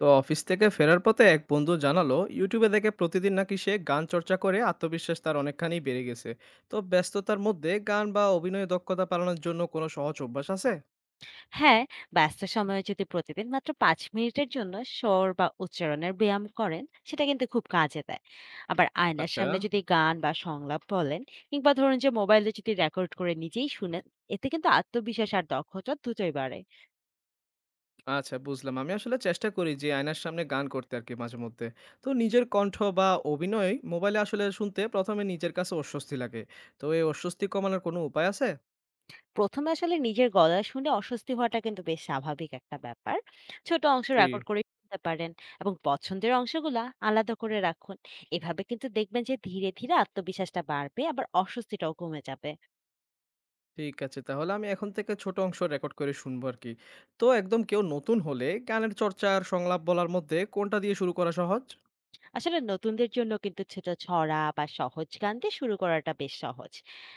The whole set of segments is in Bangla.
তো অফিস থেকে ফেরার পথে এক বন্ধু জানালো ইউটিউবে দেখে প্রতিদিন নাকি সে গান চর্চা করে আত্মবিশ্বাস তার অনেকখানি বেড়ে গেছে। তো ব্যস্ততার মধ্যে গান বা অভিনয় দক্ষতা বাড়ানোর জন্য কোনো সহজ অভ্যাস আছে? হ্যাঁ, ব্যস্ত সময়ে যদি প্রতিদিন মাত্র ৫ মিনিটের জন্য স্বর বা উচ্চারণের ব্যায়াম করেন, সেটা কিন্তু খুব কাজে দেয়। আবার আয়নার আচ্ছা। সামনে যদি গান বা সংলাপ বলেন, কিংবা ধরুন যে মোবাইলে যদি রেকর্ড করে নিজেই শুনেন, এতে কিন্তু আত্মবিশ্বাস আর দক্ষতা দুটোই বাড়ে। আচ্ছা, বুঝলাম। আমি আসলে চেষ্টা করি যে আয়নার সামনে গান করতে আর কি মাঝে মধ্যে। তো নিজের কণ্ঠ বা অভিনয় মোবাইলে আসলে শুনতে প্রথমে নিজের কাছে অস্বস্তি লাগে। তো এই অস্বস্তি কমানোর কোনো উপায় আছে? প্রথমে আসলে নিজের গলা শুনে অস্বস্তি হওয়াটা কিন্তু বেশ স্বাভাবিক একটা ব্যাপার। ছোট অংশ জি। রেকর্ড করে শুনতে পারেন এবং পছন্দের অংশগুলা আলাদা করে রাখুন। এভাবে কিন্তু দেখবেন যে ধীরে ধীরে আত্মবিশ্বাসটা বাড়বে, আবার অস্বস্তিটাও কমে যাবে। ঠিক আছে। তাহলে আমি এখন থেকে ছোট অংশ রেকর্ড করে শুনবো আরকি। তো একদম কেউ নতুন হলে গানের চর্চা আর সংলাপ বলার মধ্যে কোনটা দিয়ে শুরু করা সহজ? আসলে নতুনদের জন্য কিন্তু ছোট ছড়া বা সহজ গান দিয়ে শুরু করাটা বেশ সহজ।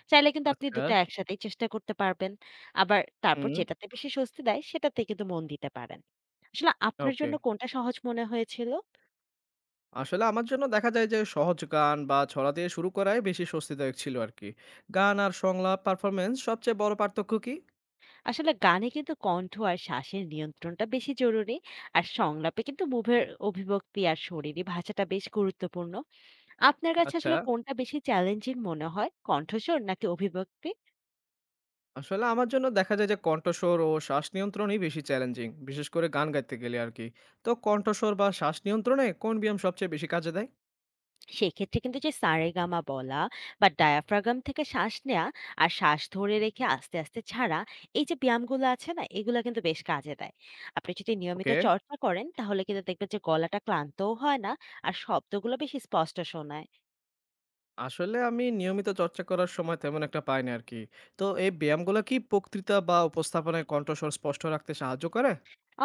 চাইলে কিন্তু আপনি আচ্ছা। দুটো একসাথেই চেষ্টা করতে পারবেন। আবার তারপর হুম। যেটাতে বেশি স্বস্তি দেয় সেটাতে কিন্তু মন দিতে পারেন। আসলে আপনার ওকে। জন্য কোনটা সহজ মনে হয়েছিল? আসলে আমার জন্য দেখা যায় যে সহজ গান বা ছড়া দিয়ে শুরু করাই বেশি স্বস্তিদায়ক ছিল আরকি। গান আর সংলাপ পারফরম্যান্স সবচেয়ে বড় পার্থক্য কি? আসলে গানে কিন্তু কণ্ঠ আর শ্বাসের নিয়ন্ত্রণটা বেশি জরুরি। আর সংলাপে কিন্তু মুভের অভিব্যক্তি আর শরীরী ভাষাটা বেশ গুরুত্বপূর্ণ। আপনার কাছে আচ্ছা। আসলে কোনটা বেশি চ্যালেঞ্জিং মনে হয়, কণ্ঠস্বর নাকি অভিব্যক্তি? আসলে আমার জন্য দেখা যায় যে কণ্ঠস্বর ও শ্বাস নিয়ন্ত্রণই বেশি চ্যালেঞ্জিং। বিশেষ করে গান গাইতে গেলে আরকি। তো কণ্ঠস্বর বা শ্বাস নিয়ন্ত্রণে কোন ব্যায়াম সবচেয়ে বেশি কাজে দেয়? সেক্ষেত্রে কিন্তু যে সারেগামা বলা, বা ডায়াফ্রাগাম থেকে শ্বাস নেওয়া, আর শ্বাস ধরে রেখে আস্তে আস্তে ছাড়া, এই যে ব্যায়ামগুলো আছে না, এগুলো কিন্তু বেশ কাজে দেয়। আপনি যদি নিয়মিত ওকে। চর্চা করেন, তাহলে কিন্তু দেখবেন যে গলাটা ক্লান্তও হয় না, আর শব্দগুলো বেশি স্পষ্ট শোনায়। আসলে আমি নিয়মিত চর্চা করার সময় তেমন একটা পাই না আরকি। তো এই ব্যায়ামগুলো কি বক্তৃতা বা উপস্থাপনায় কণ্ঠস্বর স্পষ্ট রাখতে সাহায্য করে?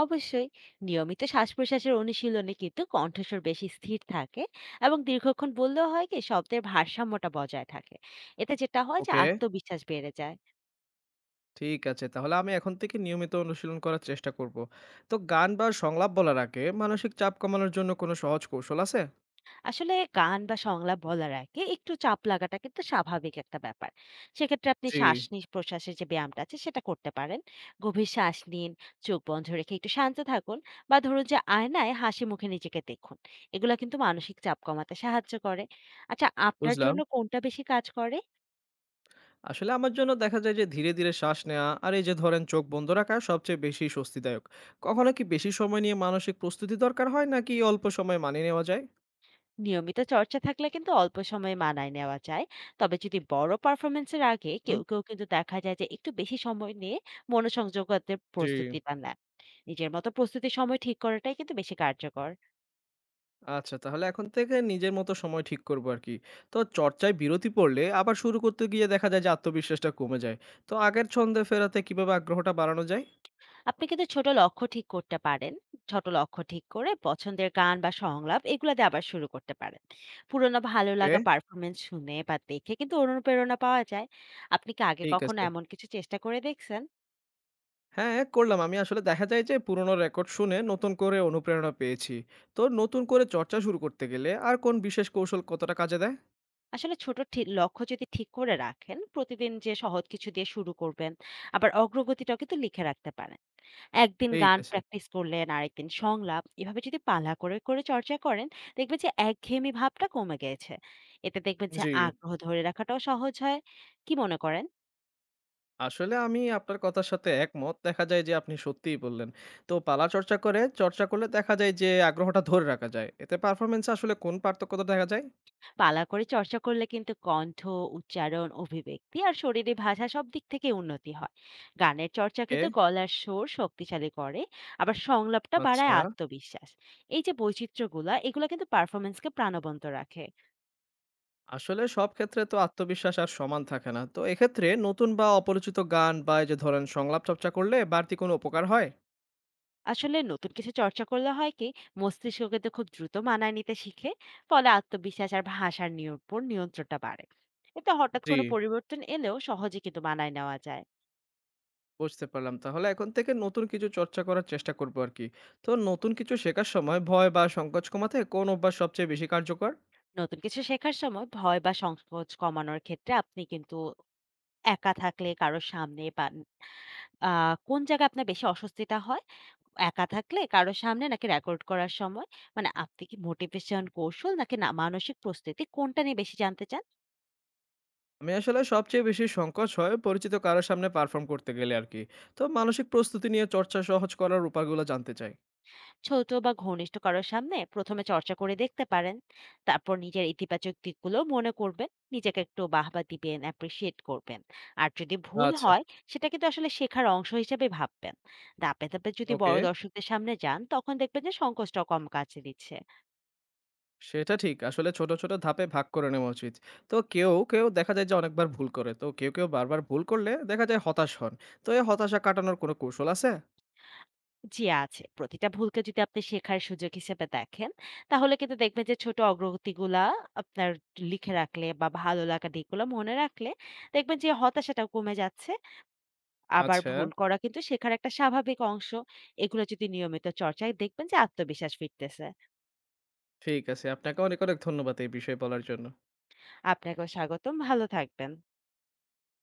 অবশ্যই। নিয়মিত শ্বাস প্রশ্বাসের অনুশীলনে কিন্তু কণ্ঠস্বর বেশি স্থির থাকে, এবং দীর্ঘক্ষণ বললেও হয় কি শব্দের ভারসাম্যটা বজায় থাকে। এতে যেটা হয়, যে ওকে। আত্মবিশ্বাস বেড়ে যায়। ঠিক আছে। তাহলে আমি এখন থেকে নিয়মিত অনুশীলন করার চেষ্টা করব। তো গান বা সংলাপ বলার আগে মানসিক চাপ কমানোর জন্য কোনো সহজ কৌশল আছে? আসলে গান বা সংলাপ বলার আগে একটু চাপ লাগাটা কিন্তু স্বাভাবিক একটা ব্যাপার। সেক্ষেত্রে আপনি জি। শ্বাস নিঃ প্রশ্বাসের যে ব্যায়ামটা আছে সেটা করতে পারেন। গভীর শ্বাস নিন, চোখ বন্ধ রেখে একটু শান্ত থাকুন, বা ধরুন যে আয়নায় হাসি মুখে নিজেকে দেখুন। এগুলো কিন্তু মানসিক চাপ কমাতে সাহায্য করে। আচ্ছা, আপনার বুঝলাম। জন্য কোনটা বেশি কাজ করে? আসলে আমার জন্য দেখা যায় যে ধীরে ধীরে শ্বাস নেওয়া আর এই যে ধরেন চোখ বন্ধ রাখা সবচেয়ে বেশি স্বস্তিদায়ক। কখনো কি বেশি সময় নিয়ে মানসিক প্রস্তুতি দরকার হয় নাকি অল্প সময়ে মানিয়ে নেওয়া যায়? নিয়মিত চর্চা থাকলে কিন্তু অল্প সময়ে মানায় নেওয়া যায়। তবে যদি বড় পারফরমেন্সের আগে, হুম। কেউ কেউ কিন্তু দেখা যায় যে একটু বেশি সময় নিয়ে মনোসংযোগতে জি। প্রস্তুতিটা নেয়। নিজের মতো প্রস্তুতির সময় ঠিক করাটাই কিন্তু বেশি কার্যকর। আচ্ছা, তাহলে এখন থেকে নিজের মতো সময় ঠিক করব আরকি। তো চর্চায় বিরতি পড়লে আবার শুরু করতে গিয়ে দেখা যায় যে আত্মবিশ্বাসটা কমে যায়। তো আগের ছন্দে ফেরাতে কিভাবে আগ্রহটা বাড়ানো যায়? আপনি কিন্তু ছোট লক্ষ্য ঠিক করতে পারেন। ছোট লক্ষ্য ঠিক করে পছন্দের গান বা সংলাপ এগুলো দিয়ে আবার শুরু করতে পারেন। পুরোনো ভালো ওকে। লাগা পারফরমেন্স শুনে বা দেখে কিন্তু অনুপ্রেরণা পাওয়া যায়। আপনি কি আগে ঠিক কখনো আছে। এমন কিছু চেষ্টা করে দেখছেন? হ্যাঁ, করলাম। আমি আসলে দেখা যায় যে পুরোনো রেকর্ড শুনে নতুন করে অনুপ্রেরণা পেয়েছি। তো নতুন করে চর্চা শুরু করতে গেলে আর কোন বিশেষ কৌশল কতটা কাজে দেয়? আসলে ছোট লক্ষ্য যদি ঠিক করে রাখেন, প্রতিদিন যে সহজ কিছু দিয়ে শুরু করবেন, আবার অগ্রগতিটাও কিন্তু লিখে রাখতে পারেন। একদিন ঠিক গান আছে। প্র্যাকটিস করলেন, আরেকদিন সংলাপ। এভাবে যদি পালা করে করে চর্চা করেন, দেখবেন যে একঘেয়েমি ভাবটা কমে গেছে। এতে দেখবেন যে জি। আগ্রহ ধরে রাখাটাও সহজ হয়। কি মনে করেন? আসলে আমি আপনার কথার সাথে একমত। দেখা যায় যে আপনি সত্যিই বললেন। তো পালা চর্চা করে চর্চা করলে দেখা যায় যে আগ্রহটা ধরে রাখা যায়। এতে পারফরম্যান্স এ আসলে কোন পার্থক্যটা দেখা যায়? পালা করে চর্চা করলে কিন্তু কণ্ঠ, উচ্চারণ, অভিব্যক্তি আর শরীরে ভাষা সব দিক থেকে উন্নতি হয়। গানের চর্চা ওকে। কিন্তু গলার সুর শক্তিশালী করে। আবার সংলাপটা বাড়ায় আচ্ছা। আত্মবিশ্বাস। এই যে বৈচিত্র্যগুলা, এগুলো কিন্তু পারফরমেন্সকে প্রাণবন্ত রাখে। আসলে সব ক্ষেত্রে তো আত্মবিশ্বাস আর সমান থাকে না। তো এক্ষেত্রে নতুন বা অপরিচিত গান বা এই যে ধরেন সংলাপ চর্চা করলে বাড়তি কোনো উপকার হয়? আসলে নতুন কিছু চর্চা করলে হয় কি, মস্তিষ্ক কিন্তু খুব দ্রুত মানায় নিতে শিখে। ফলে আত্মবিশ্বাস আর ভাষার উপর নিয়ন্ত্রণটা বাড়ে। এতে হঠাৎ জি। কোনো পরিবর্তন এলেও সহজে কিন্তু মানায় নেওয়া যায়। বুঝতে পারলাম। তাহলে এখন থেকে নতুন কিছু চর্চা করার চেষ্টা করব আরকি। তো নতুন কিছু শেখার সময় ভয় বা সংকোচ কমাতে কোন অভ্যাস সবচেয়ে বেশি কার্যকর? নতুন কিছু শেখার সময় ভয় বা সংকোচ কমানোর ক্ষেত্রে আপনি কিন্তু একা থাকলে কারো সামনে পান। আ কোন জায়গায় আপনার বেশি অস্বস্তিটা হয়? একা থাকলে কারো সামনে নাকি রেকর্ড করার সময়? মানে আপনি কি মোটিভেশন, কৌশল, নাকি মানসিক প্রস্তুতি, কোনটা নিয়ে বেশি জানতে চান? আমি আসলে সবচেয়ে বেশি সংকোচ হয় পরিচিত কারোর সামনে পারফর্ম করতে গেলে আর কি। তো মানসিক প্রস্তুতি নিয়ে চর্চা সহজ করার উপায়গুলো জানতে চাই। ছোট বা ঘনিষ্ঠ কারো সামনে ১ম এ চর্চা করে দেখতে পারেন। তারপর নিজের ইতিবাচক দিকগুলোও মনে করবেন। নিজেকে একটু বাহবা দিবেন, অ্যাপ্রিশিয়েট করবেন। আর যদি ভুল আচ্ছা। হয়, সেটা কিন্তু আসলে শেখার অংশ হিসেবে ভাববেন। ধাপে ধাপে যদি ওকে। বড় দর্শকদের সামনে যান, তখন দেখবেন যে সংকোচটাও কম কাজে দিচ্ছে। সেটা ঠিক আসলে ছোট ছোট ধাপে ভাগ করে নেওয়া উচিত। তো কেউ কেউ দেখা যায় যে অনেকবার ভুল করে, তো কেউ কেউ বারবার ভুল করলে দেখা যায় হতাশ হন। তো এই হতাশা কাটানোর কোনো কৌশল আছে? জি আছে। প্রতিটা ভুলকে যদি আপনি শেখার সুযোগ হিসেবে দেখেন, তাহলে কিন্তু দেখবেন যে ছোট অগ্রগতিগুলা আপনার লিখে রাখলে বা ভালো লাগা দিকগুলো মনে রাখলে, দেখবেন যে হতাশাটাও কমে যাচ্ছে। আবার আচ্ছা। ভুল করা কিন্তু শেখার একটা স্বাভাবিক অংশ। এগুলো যদি নিয়মিত চর্চায়, দেখবেন যে আত্মবিশ্বাস ফিরতেছে। ঠিক আছে, আপনাকে অনেক অনেক ধন্যবাদ এই বিষয়ে বলার জন্য। আপনাকেও স্বাগতম। ভালো থাকবেন।